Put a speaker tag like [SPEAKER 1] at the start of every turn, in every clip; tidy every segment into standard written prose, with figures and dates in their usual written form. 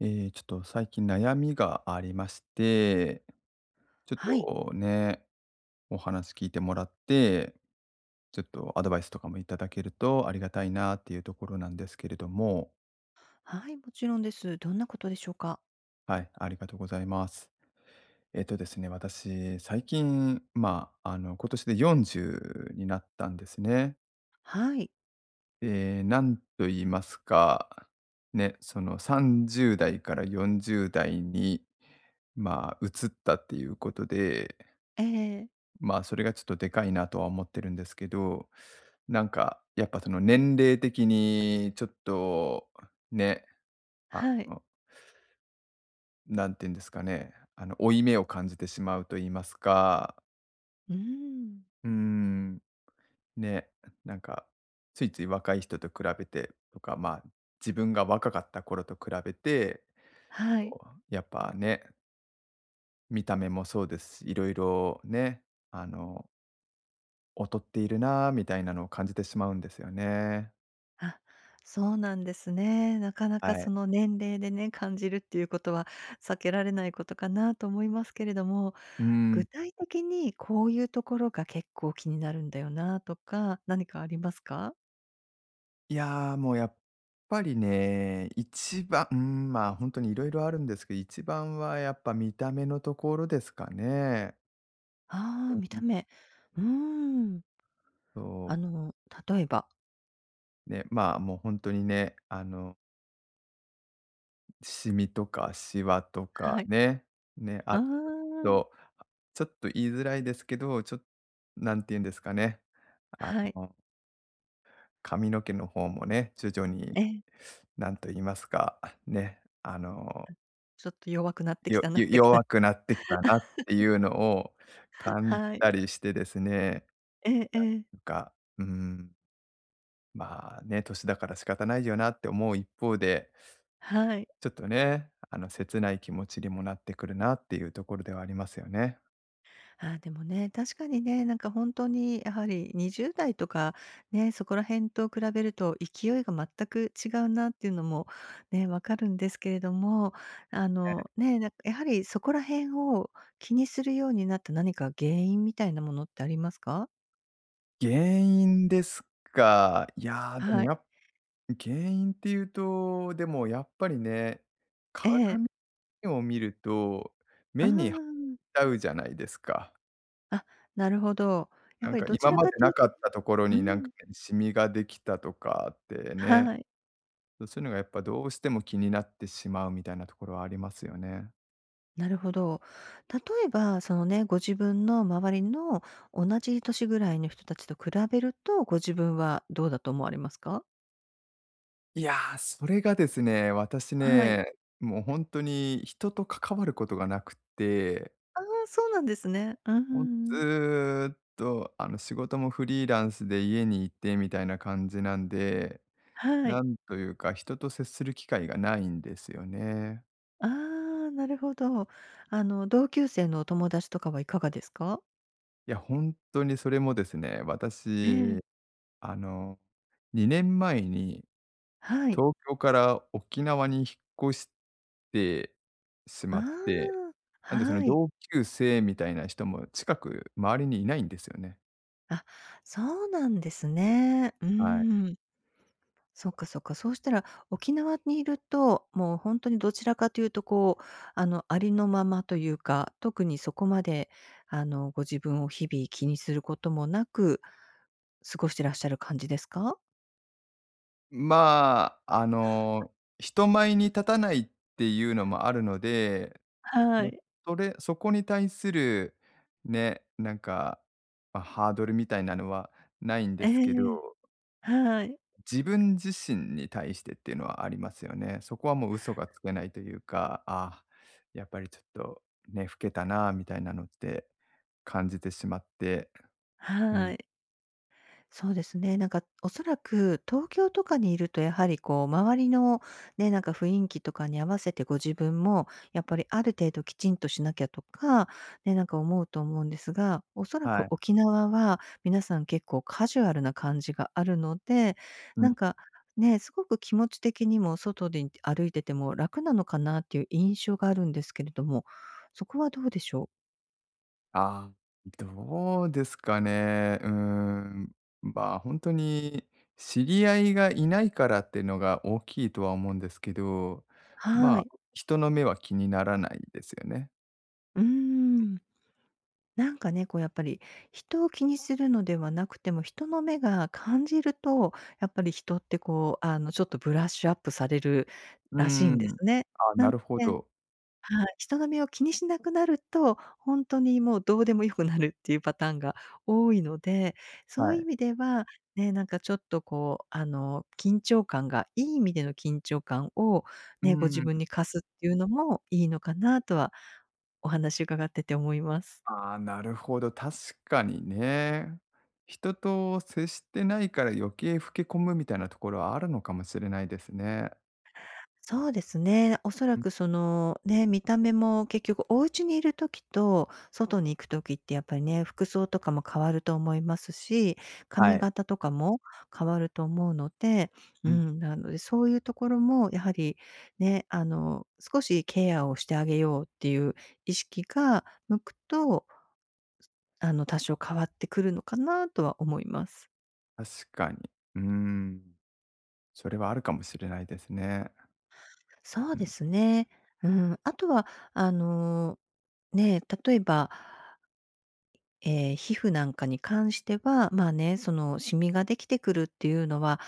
[SPEAKER 1] ちょっと最近悩みがありまして、ちょっ
[SPEAKER 2] はい。
[SPEAKER 1] とね、お話聞いてもらって、ちょっとアドバイスとかもいただけるとありがたいなっていうところなんですけれども、
[SPEAKER 2] はい、もちろんです。どんなことでしょうか？
[SPEAKER 1] はい、ありがとうございます。えっ、とですね、私、最近、今年で40になったんですね。
[SPEAKER 2] はい。
[SPEAKER 1] で、なんと言いますか、ね、その30代から40代に、移ったっていうことで、
[SPEAKER 2] ええ、
[SPEAKER 1] それがちょっとでかいなとは思ってるんですけど、なんか、やっぱその年齢的にちょっと、ね、あ
[SPEAKER 2] はい。
[SPEAKER 1] の、なんていうんですかね、負い目を感じてしまうと言いますか、
[SPEAKER 2] うーん。
[SPEAKER 1] うーん、ね、なんか、ついつい若い人と比べてとか、自分が若かった頃と比べて、
[SPEAKER 2] はい。
[SPEAKER 1] こうやっぱね、見た目もそうですし、いろいろね、あの、劣っているなあみたいなのを感じてしまうんですよね。
[SPEAKER 2] あ、そうなんですね。なかなか
[SPEAKER 1] は
[SPEAKER 2] そ
[SPEAKER 1] い。
[SPEAKER 2] の年齢でね、感じるっていうことは避けられないことかなと思いますけれども、
[SPEAKER 1] うーん。
[SPEAKER 2] 具体的にこういうところが結構気になるんだよなとか、何かありますか？
[SPEAKER 1] いや、もうやっぱりね、一番、うーん、ほんとに色々あるんですけど、一番はやっぱ見た目のところですかね。
[SPEAKER 2] ああ、
[SPEAKER 1] う
[SPEAKER 2] 見た
[SPEAKER 1] ん。
[SPEAKER 2] 目。うーん。
[SPEAKER 1] そう、
[SPEAKER 2] あの、例えば
[SPEAKER 1] ね、もうほんとにね、シミとかシワとか
[SPEAKER 2] はい。
[SPEAKER 1] ね、ね、あ
[SPEAKER 2] ああ、
[SPEAKER 1] とっと、ちょっと言いづらいですけど、なんて言うんですかね、あ
[SPEAKER 2] はい。
[SPEAKER 1] の、髪の毛の方もね、徐々に
[SPEAKER 2] ええ、
[SPEAKER 1] なんと言いますか、ね、
[SPEAKER 2] ちょっと弱くなってき
[SPEAKER 1] よ
[SPEAKER 2] たな
[SPEAKER 1] よ
[SPEAKER 2] って感
[SPEAKER 1] 弱
[SPEAKER 2] じ
[SPEAKER 1] くなってきたなっていうのを感じ
[SPEAKER 2] はい。
[SPEAKER 1] たりしてですね、
[SPEAKER 2] ええええ。
[SPEAKER 1] なんか、うーん、ね、年だから仕方ないよなって思う一方で、
[SPEAKER 2] はい。
[SPEAKER 1] ちょっとね、切ない気持ちにもなってくるなっていうところではありますよね。
[SPEAKER 2] あ、でもね、確かにね、なんかほんとにやはり20代とか、ね、そこら辺と比べると勢いが全く違うなっていうのもね、分かるんですけれども、
[SPEAKER 1] え
[SPEAKER 2] ね、なんかやはりそこら辺を気にするようになった何か原因みたいなものってありますか？
[SPEAKER 1] 原因ですか。いや、でも
[SPEAKER 2] は
[SPEAKER 1] や
[SPEAKER 2] い。
[SPEAKER 1] っ原因っていうと、でもやっぱりね、
[SPEAKER 2] え
[SPEAKER 1] 鏡
[SPEAKER 2] え。
[SPEAKER 1] を見ると
[SPEAKER 2] うー
[SPEAKER 1] 目に入っ
[SPEAKER 2] ん。
[SPEAKER 1] ちゃうじゃないですか。
[SPEAKER 2] あ、なるほど。やっ
[SPEAKER 1] なん
[SPEAKER 2] ぱり
[SPEAKER 1] か
[SPEAKER 2] どち
[SPEAKER 1] 今
[SPEAKER 2] ら
[SPEAKER 1] まで
[SPEAKER 2] かとい
[SPEAKER 1] な
[SPEAKER 2] う
[SPEAKER 1] かったところ
[SPEAKER 2] う
[SPEAKER 1] になんか
[SPEAKER 2] ん。
[SPEAKER 1] ね、シミができたとかって
[SPEAKER 2] は
[SPEAKER 1] ね、
[SPEAKER 2] い。
[SPEAKER 1] そういうのがやっぱどうしても気になってしまうみたいなところはありますよね。
[SPEAKER 2] なるほど。例えば、そのね、ご自分の周りの同じ年ぐらいの人たちと比べると、ご自分はどうだと思われますか？
[SPEAKER 1] いや、それがですね、私
[SPEAKER 2] はい。
[SPEAKER 1] ね、もうほんとに人と関わることがなくて、
[SPEAKER 2] ああ、そうなんですね。うん。
[SPEAKER 1] ずっとあの仕事もフリーランスで家にいてみたいな感じなんで、
[SPEAKER 2] は
[SPEAKER 1] な
[SPEAKER 2] い。
[SPEAKER 1] んというか人と接する機会がないんですよね。
[SPEAKER 2] ああ、なるほど。同級生のお友達とかはいかがですか？
[SPEAKER 1] いや、ほんとにそれもですね、
[SPEAKER 2] え
[SPEAKER 1] 私
[SPEAKER 2] え。
[SPEAKER 1] あの、2年前に
[SPEAKER 2] はい。
[SPEAKER 1] 東京から沖縄に引っ越してし
[SPEAKER 2] あ
[SPEAKER 1] まって、
[SPEAKER 2] あ、
[SPEAKER 1] なんでその
[SPEAKER 2] はい。
[SPEAKER 1] 同級生みたいな人も近く周りにいないんですよね。
[SPEAKER 2] あ、そうなんですね。う
[SPEAKER 1] はい。
[SPEAKER 2] ーん。そっかそっか。そうしたら、沖縄にいると、もう本当にどちらかというとこう、ありのままというか、特にそこまで、ご自分を日々気にすることもなく、過ごしてらっしゃる感じですか？
[SPEAKER 1] 人前に立たないっていうのもあるので、
[SPEAKER 2] は
[SPEAKER 1] な
[SPEAKER 2] い。
[SPEAKER 1] そこに対するね、なんか、ハードルみたいなのはないんで
[SPEAKER 2] え
[SPEAKER 1] すけ
[SPEAKER 2] え。
[SPEAKER 1] ど
[SPEAKER 2] はい、
[SPEAKER 1] 自分自身に対してっていうのはありますよね。そこはもう嘘がつけないというか、やっぱりちょっとね、老けたなみたいなのって感じてしまって、うん、
[SPEAKER 2] はい。そうですね。なんかおそらく東京とかにいるとやはりこう周りのね、なんか雰囲気とかに合わせてご自分もやっぱりある程度きちんとしなきゃとか、ね、なんか思うと思うんですが、おそら
[SPEAKER 1] は
[SPEAKER 2] く
[SPEAKER 1] い。
[SPEAKER 2] 沖縄は皆さん結構カジュアルな感じがあるので、
[SPEAKER 1] う
[SPEAKER 2] な
[SPEAKER 1] ん、
[SPEAKER 2] んかね、すごく気持ち的にも外で歩いてても楽なのかなっていう印象があるんですけれども、そこはどうでしょう？
[SPEAKER 1] ああ、どうですかね。うーん、本当に知り合いがいないからっていうのが大きいとは思うんですけど、
[SPEAKER 2] は
[SPEAKER 1] まあ、
[SPEAKER 2] い。
[SPEAKER 1] 人の目は気にならないですよね。
[SPEAKER 2] うーん。なんかね、こうやっぱり、人を気にするのではなくても、人の目が感じると、やっぱり人ってこう、ちょっとブラッシュアップされる
[SPEAKER 1] うー
[SPEAKER 2] らしいんで
[SPEAKER 1] ん。
[SPEAKER 2] すね。
[SPEAKER 1] ああ、
[SPEAKER 2] な
[SPEAKER 1] な
[SPEAKER 2] の
[SPEAKER 1] るほ
[SPEAKER 2] で
[SPEAKER 1] ど。
[SPEAKER 2] はい、人の目を気にしなくなると、ほんとにもうどうでも良くなるっていうパターンが多いので、そ
[SPEAKER 1] は
[SPEAKER 2] ういう意
[SPEAKER 1] い。
[SPEAKER 2] 味では、ね、なんかちょっとこう、緊張感がいい意味での緊張感を
[SPEAKER 1] う
[SPEAKER 2] ね、ご自
[SPEAKER 1] ーん。
[SPEAKER 2] 分に課すっていうのもいいのかなとは、お話伺ってて思います。
[SPEAKER 1] ああ、なるほど、確かにね。人と接してないから余計老け込むみたいなところはあるのかもしれないですね。
[SPEAKER 2] そうですね。おそら
[SPEAKER 1] うん、
[SPEAKER 2] くその、ね、見た目も結局お家にいる時と外に行く時ってやっぱりね、服装とかも変わると思いますし、
[SPEAKER 1] は
[SPEAKER 2] 髪
[SPEAKER 1] い。
[SPEAKER 2] 型とかも変わると思うので、う
[SPEAKER 1] うん。
[SPEAKER 2] ん、なのでそういうところもやはりね、少しケアをしてあげようっていう意識が向くと、多少変わってくるのかなとは思います。
[SPEAKER 1] 確かに。うーん、それはあるかもしれないですね。
[SPEAKER 2] そう
[SPEAKER 1] う
[SPEAKER 2] で
[SPEAKER 1] ん。
[SPEAKER 2] すね。うん、あとは、あの、ね、例えばええ、皮膚なんかに関しては、まあね、そのシミができてくるっていうのは、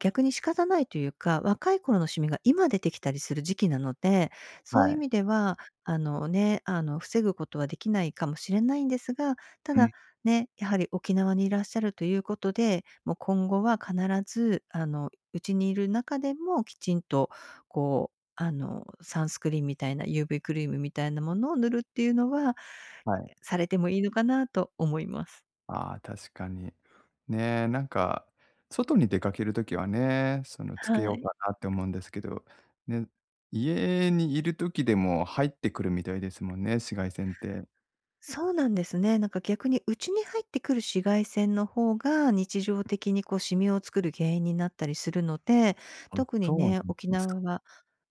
[SPEAKER 2] 逆に仕方ないというか、若い頃のシミが今出てきたりする時期なので、そういう
[SPEAKER 1] は
[SPEAKER 2] 意
[SPEAKER 1] い。
[SPEAKER 2] 味では、あのね、防ぐことはできないかもしれないんですが、た
[SPEAKER 1] うん。
[SPEAKER 2] だ、ね、やはり沖縄にいらっしゃるということで、もう今後は必ず、うちにいる中でもきちんと、こう、サンスクリーンみたいな UV クリームみたいなものを塗るっていうのは
[SPEAKER 1] はい。
[SPEAKER 2] されてもいいのかなと思います。
[SPEAKER 1] ああ、確かに。ねえ、なんか、外に出かけるときはね、つ
[SPEAKER 2] は
[SPEAKER 1] けよう
[SPEAKER 2] い。
[SPEAKER 1] かなって思うんですけど、ね、家にいるときでも入ってくるみたいですもんね、紫外線って。
[SPEAKER 2] そうなんですね。なんか逆にうちに入ってくる紫外線の方が、日常的にこうシミを作る原因になったりするので、
[SPEAKER 1] あ。
[SPEAKER 2] 特に
[SPEAKER 1] そうなんで
[SPEAKER 2] ね、沖
[SPEAKER 1] す
[SPEAKER 2] 縄
[SPEAKER 1] ね
[SPEAKER 2] は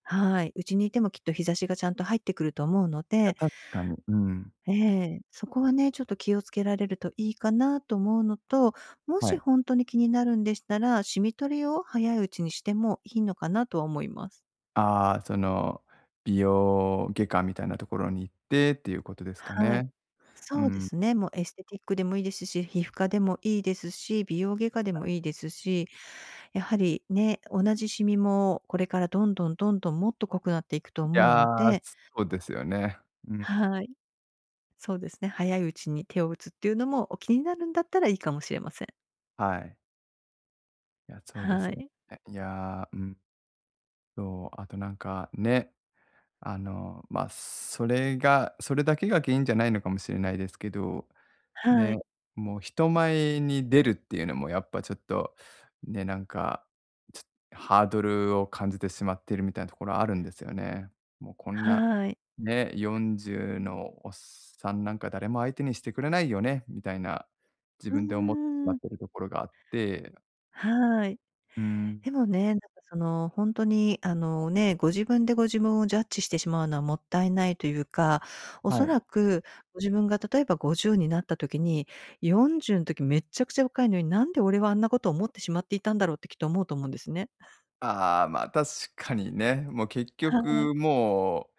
[SPEAKER 2] はい、家にいてもきっと日差しがちゃんと入ってくると思うの
[SPEAKER 1] や、
[SPEAKER 2] で、
[SPEAKER 1] 確かに、うん。
[SPEAKER 2] ええ、そこはね、ちょっと気をつけられるといいかなと思うのと、も
[SPEAKER 1] は
[SPEAKER 2] し
[SPEAKER 1] い。
[SPEAKER 2] 本当に気になるんでしたら、シミ取りを早いうちにしてもいいのかなとは思います。
[SPEAKER 1] ああ、美容外科みたいなところに行ってっていうことですか
[SPEAKER 2] はい。
[SPEAKER 1] ね。う
[SPEAKER 2] そうで
[SPEAKER 1] ん、は
[SPEAKER 2] すね、もうエステティックでもいいですし、皮膚科でもいいですし、美容外科でも
[SPEAKER 1] い。
[SPEAKER 2] いいですし、やはりね、同じシミもこれからどんどんどんどんもっと濃くなっていくと
[SPEAKER 1] い
[SPEAKER 2] 思う
[SPEAKER 1] や、
[SPEAKER 2] ので、
[SPEAKER 1] そうですよね。うん、
[SPEAKER 2] はい、そうですね、早いうちに手を打つっていうのも、お気になるんだったらいいかもしれません。
[SPEAKER 1] はい。いや、そうです
[SPEAKER 2] は
[SPEAKER 1] よ
[SPEAKER 2] い。
[SPEAKER 1] ね。いや、うん、そう、あとなんかね、それだけが原因じゃないのかもしれないですけど
[SPEAKER 2] は
[SPEAKER 1] ね、
[SPEAKER 2] い。
[SPEAKER 1] もう人前に出るっていうのもやっぱちょっと、ね、なんか、ちハードルを感じてしまっているみたいなところあるんですよね。もうこんな、
[SPEAKER 2] はい。
[SPEAKER 1] ね、40のおっさんなんか誰も相手にしてくれないよね、みたいな、自
[SPEAKER 2] う
[SPEAKER 1] 分で思ってし
[SPEAKER 2] ー
[SPEAKER 1] ま
[SPEAKER 2] ん。
[SPEAKER 1] っているところがあって、
[SPEAKER 2] はい。
[SPEAKER 1] うん、
[SPEAKER 2] でもね、なんかその、本当にあのね、ご自分でご自分をジャッジしてしまうのはもったいないというか、お
[SPEAKER 1] は
[SPEAKER 2] そ
[SPEAKER 1] い。
[SPEAKER 2] らくご自分が例えば50になった時に、40の時めっちゃくちゃ若いのに、なんで俺はあんなことを思ってしまっていたんだろうってきっと思うと思うんですね。
[SPEAKER 1] ああ、確かにね、もう結
[SPEAKER 2] はい。
[SPEAKER 1] 局も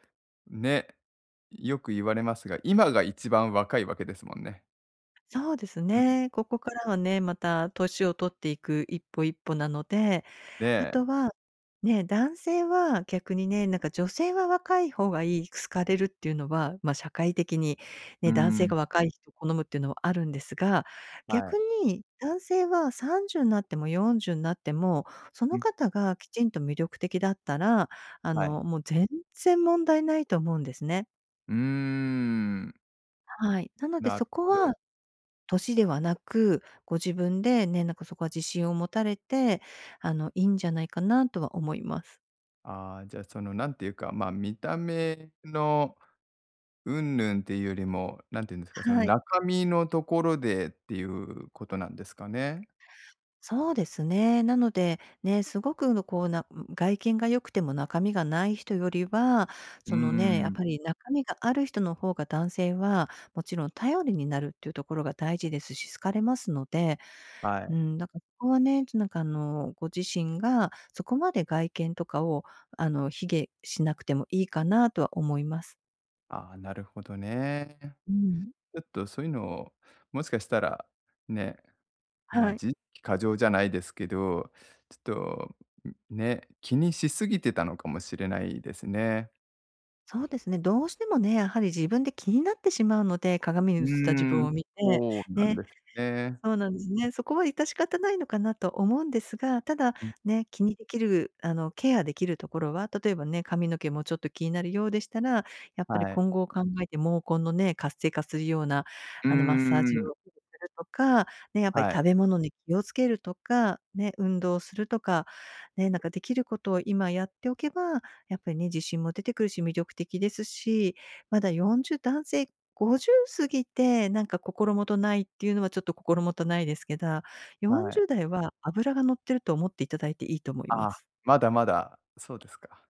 [SPEAKER 1] う、ね、よく言われますが、今が一番若いわけですもんね。
[SPEAKER 2] そうです
[SPEAKER 1] うん、
[SPEAKER 2] ね。ここからはね、また年を取っていく一歩一歩なので、あと
[SPEAKER 1] で
[SPEAKER 2] は、ね、男性は逆にね、なんか女性は若い方がいい、好かれるっていうのは、ま、社会的に
[SPEAKER 1] うー
[SPEAKER 2] ね、男性
[SPEAKER 1] ん、
[SPEAKER 2] が若い人を好むっていうのはあるんですが、
[SPEAKER 1] は
[SPEAKER 2] 逆
[SPEAKER 1] い。
[SPEAKER 2] に男性は30になっても40になっても、そ
[SPEAKER 1] う
[SPEAKER 2] の
[SPEAKER 1] ん、
[SPEAKER 2] 方がきちんと魅力的だったら、
[SPEAKER 1] はい。
[SPEAKER 2] もう全然問題ないと思うんですね。
[SPEAKER 1] うーん、
[SPEAKER 2] はい。なので
[SPEAKER 1] なる
[SPEAKER 2] そこ
[SPEAKER 1] ほど。
[SPEAKER 2] は年ではなく、ご自分でね、なんかそこは自信を持たれて、いいんじゃないかなとは思います。
[SPEAKER 1] ああ、じゃあ、なんていうか、見た目の云々っていうよりも、なんていうんですか、
[SPEAKER 2] はい、
[SPEAKER 1] 中身のところでっていうことなんですかね？
[SPEAKER 2] そうですね。なので、ね、すごくのこう、外見が良くても中身がない人よりは、
[SPEAKER 1] うー
[SPEAKER 2] そのね、やっ
[SPEAKER 1] ん、
[SPEAKER 2] ぱり中身がある人の方が男性は、もちろん頼りになるっていうところが大事ですし、好かれますので、
[SPEAKER 1] は
[SPEAKER 2] う
[SPEAKER 1] い。
[SPEAKER 2] ん、だからそこはね、なんかあの、ご自身がそこまで外見とかを、卑下しなくてもいいかなとは思います。
[SPEAKER 1] ああ、なるほどね。
[SPEAKER 2] うん。
[SPEAKER 1] ちょっとそういうのを、もしかしたら、ね、
[SPEAKER 2] はい。
[SPEAKER 1] 自意識過剰じゃないですけど、ちょっと、ね、気にしすぎてたのかもしれないですね。
[SPEAKER 2] そうですね。どうしてもね、やはり自分で気になってしまうので、鏡に
[SPEAKER 1] う
[SPEAKER 2] 映った自
[SPEAKER 1] ー
[SPEAKER 2] 分
[SPEAKER 1] ん、
[SPEAKER 2] を見て、
[SPEAKER 1] そうなん
[SPEAKER 2] ね、
[SPEAKER 1] ですね。
[SPEAKER 2] そうなんですね。そこは致し方ないのかなと思うんですが、ただ、
[SPEAKER 1] うん、
[SPEAKER 2] ね、気にできる、ケアできるところは、例えばね、髪の毛もちょっと気になるようでしたら、やっぱり
[SPEAKER 1] はい。
[SPEAKER 2] 今後を考えて毛根のね、活性化するような、
[SPEAKER 1] うー
[SPEAKER 2] マッサージ
[SPEAKER 1] ん、
[SPEAKER 2] をするとか、ね、やっぱり
[SPEAKER 1] はい、
[SPEAKER 2] 食べ物に気をつけるとか、ね、運動するとか、ね、なんかできることを今やっておけば、やっぱりね、自信も出てくるし、魅力的ですし、まだ40男性50過ぎて、なんか心もとないっていうのはちょっと心もとないですけど、40
[SPEAKER 1] はい。
[SPEAKER 2] 代は脂が乗ってると思っていただいていいと思いま
[SPEAKER 1] あ、
[SPEAKER 2] す。
[SPEAKER 1] まだまだ、そうですか。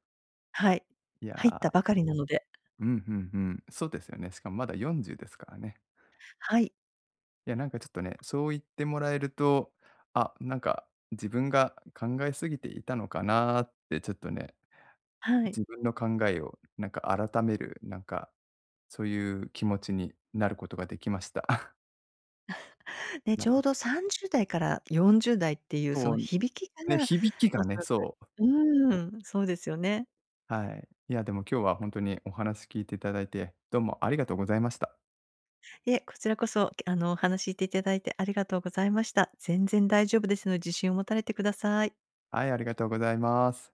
[SPEAKER 2] はい。
[SPEAKER 1] い
[SPEAKER 2] 入った
[SPEAKER 1] や、
[SPEAKER 2] ばかりなので。
[SPEAKER 1] うん、うんうん。そうですよね。しかもまだ40ですからね。
[SPEAKER 2] はい。
[SPEAKER 1] いや、なんかちょっとね、そう言ってもらえると、あ、なんか自分が考えすぎていたのかなってちょっとね、
[SPEAKER 2] はい。
[SPEAKER 1] 自分の考えをなんか改める、なんか、そういう気持ちになることができました。
[SPEAKER 2] で、
[SPEAKER 1] は
[SPEAKER 2] ちょう
[SPEAKER 1] い。
[SPEAKER 2] ど30代から40代っていうそ
[SPEAKER 1] そ
[SPEAKER 2] の
[SPEAKER 1] う、
[SPEAKER 2] 響き
[SPEAKER 1] ね、
[SPEAKER 2] が、
[SPEAKER 1] 響き
[SPEAKER 2] お
[SPEAKER 1] が
[SPEAKER 2] そ
[SPEAKER 1] ね、
[SPEAKER 2] らく
[SPEAKER 1] そう。
[SPEAKER 2] うーん、そうですよね。
[SPEAKER 1] はい。いや、でも今日は本当にお話聞いていただいて、どうもありがとうございました。
[SPEAKER 2] いえ、こちらこそ、お話聞いていただいてありがとうございました。全然大丈夫ですので、自信を持たれてください。
[SPEAKER 1] はい、ありがとうございます。